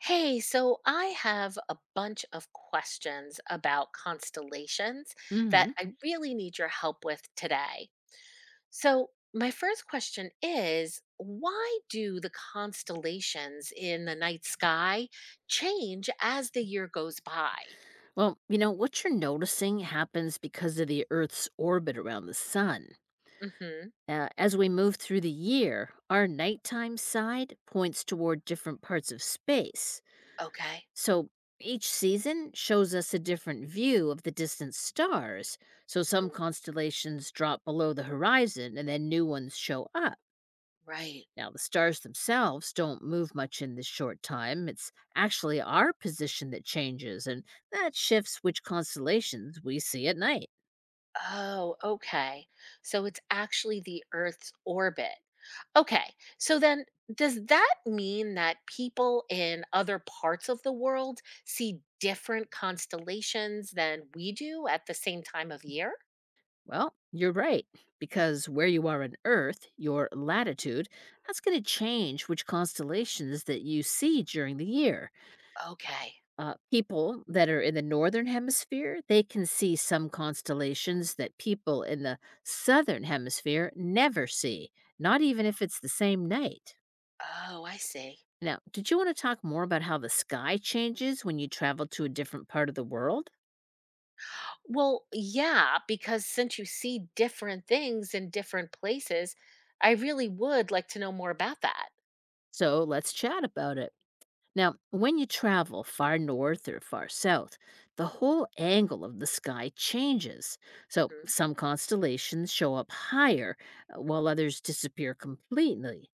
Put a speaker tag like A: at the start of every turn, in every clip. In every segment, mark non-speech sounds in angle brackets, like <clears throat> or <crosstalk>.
A: Hey, so I have a bunch of questions about constellations that
B: Hmm.
A: I really need your help with today. So, my first question is why do the constellations in the night sky change as the year goes by?
B: Well, you know, what you're noticing happens because of the Earth's orbit around the sun.
A: Mhm.
B: As we move through the year, our nighttime side points toward different parts of space.
A: Okay.
B: So each season shows us a different view of the distant stars. So some
A: Mhm.
B: constellations drop below the horizon and then new ones show up.
A: Right.
B: Now, the stars themselves don't move much in this short time. It's actually our position that changes, and that shifts which constellations we see at night.
A: Oh, okay. So it's actually the Earth's orbit. Okay. So then does that mean that people in other parts of the world see different constellations than we do at the same time of year?
B: Well, you're right, because where you are on Earth, your latitude, that's going to change which constellations that you see during the year.
A: Okay.
B: People that are in the northern hemisphere, they can see some constellations that people in the southern hemisphere never see, not even if it's the same night.
A: Oh, I see.
B: Now, did you want to talk more about how the sky changes when you travel to a different part of the world?
A: Well, yeah, because since you see different things in different places, I really would like to know more about that.
B: So let's chat about it. Now, when you travel far north or far south, the whole angle of the sky changes. So
A: Hmm.
B: some constellations show up higher, while others disappear completely.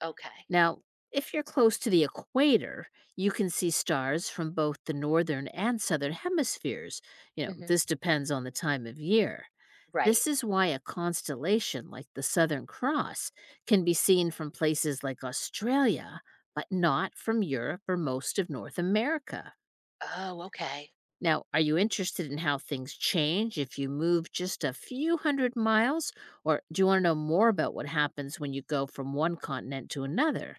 A: Okay.
B: Now, if you're close to the equator, you can see stars from both the northern and southern hemispheres. You know,
A: Hmm.
B: this depends on the time of year.
A: Right.
B: This is why a constellation like the Southern Cross can be seen from places like Australia, but not from Europe or most of North America.
A: Oh, okay.
B: Now, are you interested in how things change if you move just a few hundred miles, or do you want to know more about what happens when you go from one continent to another?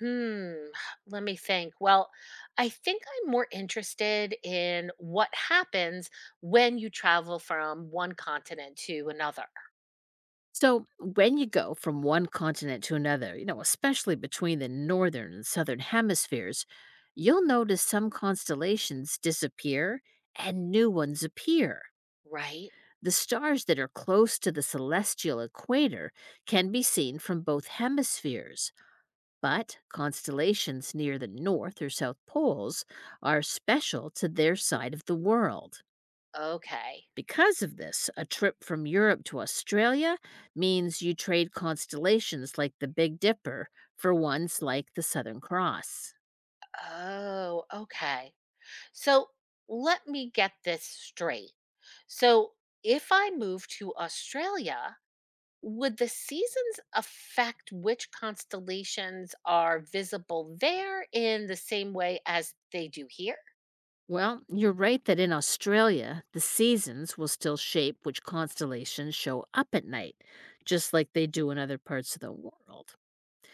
A: Hmm, <sighs> let me think. Well, I think I'm more interested in what happens when you travel from one continent to another,
B: So, when you go from one continent to another, you know, especially between the northern and southern hemispheres, you'll notice some constellations disappear and new ones appear.
A: right?
B: The stars that are close to the celestial equator can be seen from both hemispheres, but constellations near the north or south poles are special to their side of the world.
A: Okay.
B: Because of this, a trip from Europe to Australia means you trade constellations like the Big Dipper for ones like the Southern Cross.
A: Oh, okay. So let me get this straight. So if I move to Australia, would the seasons affect which constellations are visible there in the same way as they do here?
B: Well, you're right that in Australia, the seasons will still shape which constellations show up at night, just like they do in other parts of the world.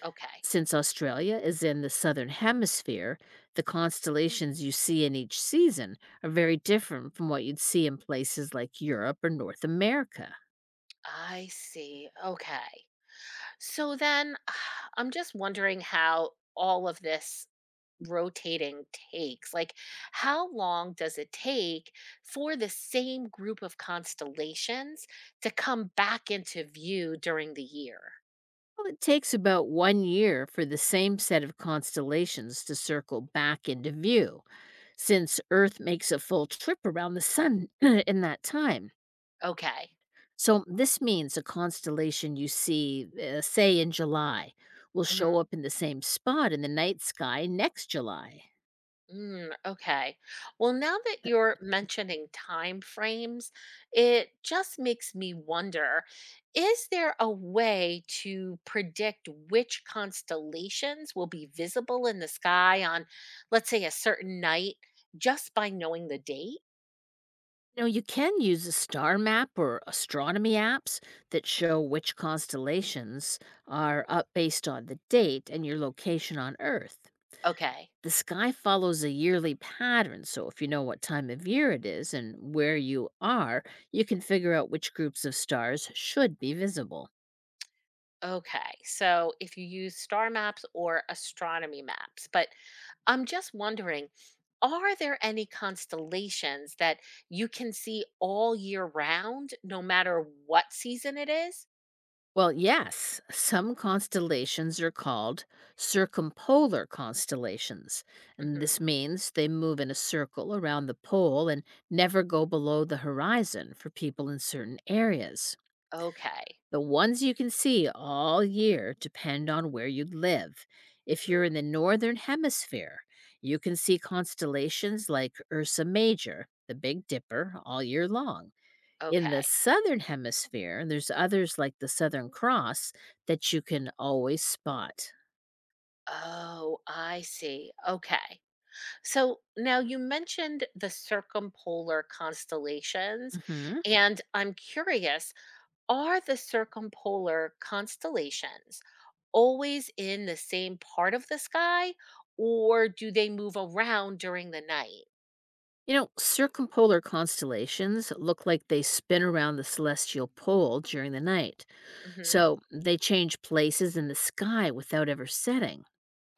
A: Okay.
B: Since Australia is in the southern hemisphere, the constellations you see in each season are very different from what you'd see in places like Europe or North America.
A: I see. Okay. So then <sighs> I'm just wondering how all of this rotating takes. Like, how long does it take for the same group of constellations to come back into view during the year?
B: Well, it takes about 1 year for the same set of constellations to circle back into view, since Earth makes a full trip around the Sun <clears throat> in that time.
A: Okay.
B: So, this means a constellation you see, say, in July, will
A: Hmm.
B: show up in the same spot in the night sky next July.
A: Mm, okay. Well, now that you're mentioning time frames, it just makes me wonder, is there a way to predict which constellations will be visible in the sky on, let's say, a certain night just by knowing the date?
B: No, you can use a star map or astronomy apps that show which constellations are up based on the date and your location on Earth.
A: Okay.
B: The sky follows a yearly pattern, so if you know what time of year it is and where you are, you can figure out which groups of stars should be visible.
A: Okay, so if you use star maps or astronomy maps, but I'm just wondering, are there any constellations that you can see all year round, no matter what season it is?
B: Well, yes, some constellations are called circumpolar constellations, and this
A: Mm-hmm.
B: means they move in a circle around the pole and never go below the horizon for people in certain areas.
A: Okay.
B: The ones you can see all year depend on where you live. If you're
A: Mm-hmm.
B: in the northern hemisphere, you can see constellations like Ursa Major, the Big Dipper, all year long. In the
A: Okay.
B: southern hemisphere, there's others like the Southern Cross that you can always spot.
A: Oh, I see. Okay. So now you mentioned the circumpolar constellations,
B: Hmm.
A: and I'm curious, are the circumpolar constellations always in the same part of the sky or do they move around during the night?
B: You know, circumpolar constellations look like they spin around the celestial pole during the night,
A: Hmm.
B: so they change places in the sky without ever setting.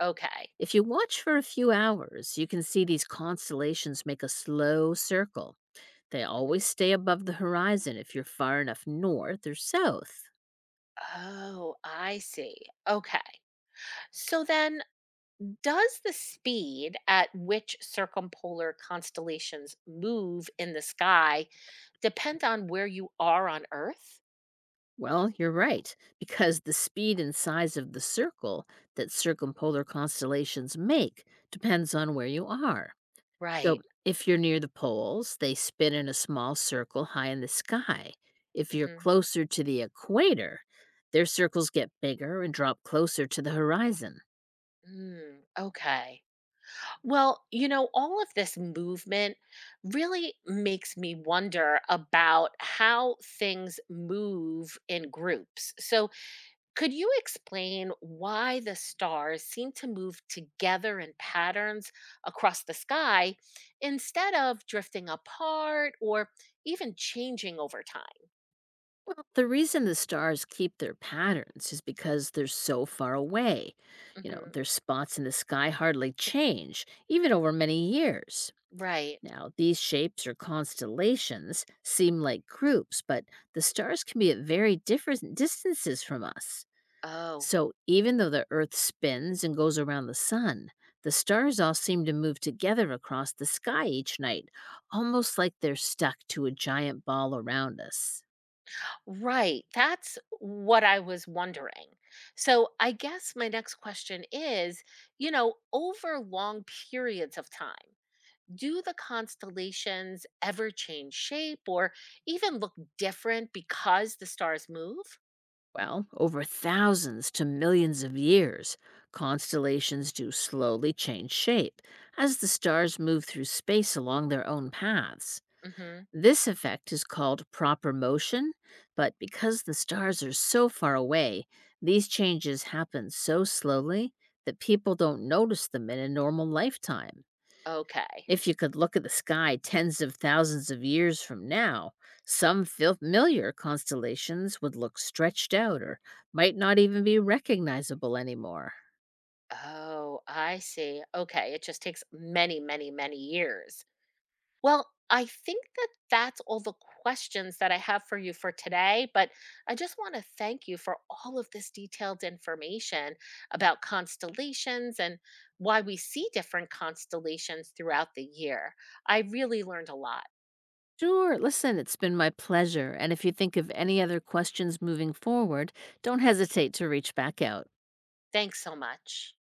A: Okay.
B: If you watch for a few hours, you can see these constellations make a slow circle. They
A: Mhm.
B: always stay above the horizon if you're far enough north or south.
A: Oh, I see. Okay. So then, does the speed at which circumpolar constellations move in the sky depend on where you are on Earth?
B: Well, you're right, because the speed and size of the circle that circumpolar constellations make depends on where you are.
A: Right.
B: So, if you're near the poles, they spin in a small circle high in the sky. If you're
A: Hmm.
B: closer to the equator, their circles get bigger and drop closer to the horizon.
A: Mm, okay. Well, you know, all of this movement really makes me wonder about how things move in groups. So, could you explain why the stars seem to move together in patterns across the sky instead of drifting apart or even changing over time?
B: Well, the reason the stars keep their patterns is because they're so far away. You know,
A: Hmm.
B: their spots in the sky hardly change, even over many years.
A: Right.
B: Now, these shapes or constellations seem like groups, but the stars can be at very different distances from us.
A: Oh.
B: So, even though the Earth spins and goes around the sun, the stars all seem to move together across the sky each night, almost like they're stuck to a giant ball around us.
A: Right. That's what I was wondering. So, I guess my next question is, you know, over long periods of time, do the constellations ever change shape or even look different because the stars move?
B: Well, over thousands to millions of years, constellations do slowly change shape as the stars move through space along their own paths.
A: Mhm.
B: This effect is called proper motion, but because the stars are so far away, these changes happen so slowly that people don't notice them in a normal lifetime.
A: Okay.
B: If you could look at the sky tens of thousands of years from now, some familiar constellations would look stretched out or might not even be recognizable anymore.
A: Oh, I see. Okay, it just takes many, many, many years. Well, I think that that's all the questions that I have for you for today, but I just want to thank you for all of this detailed information about constellations and why we see different constellations throughout the year. I really learned a lot.
B: Sure, listen, it's been my pleasure. And if you think of any other questions moving forward, don't hesitate to reach back out.
A: Thanks so much.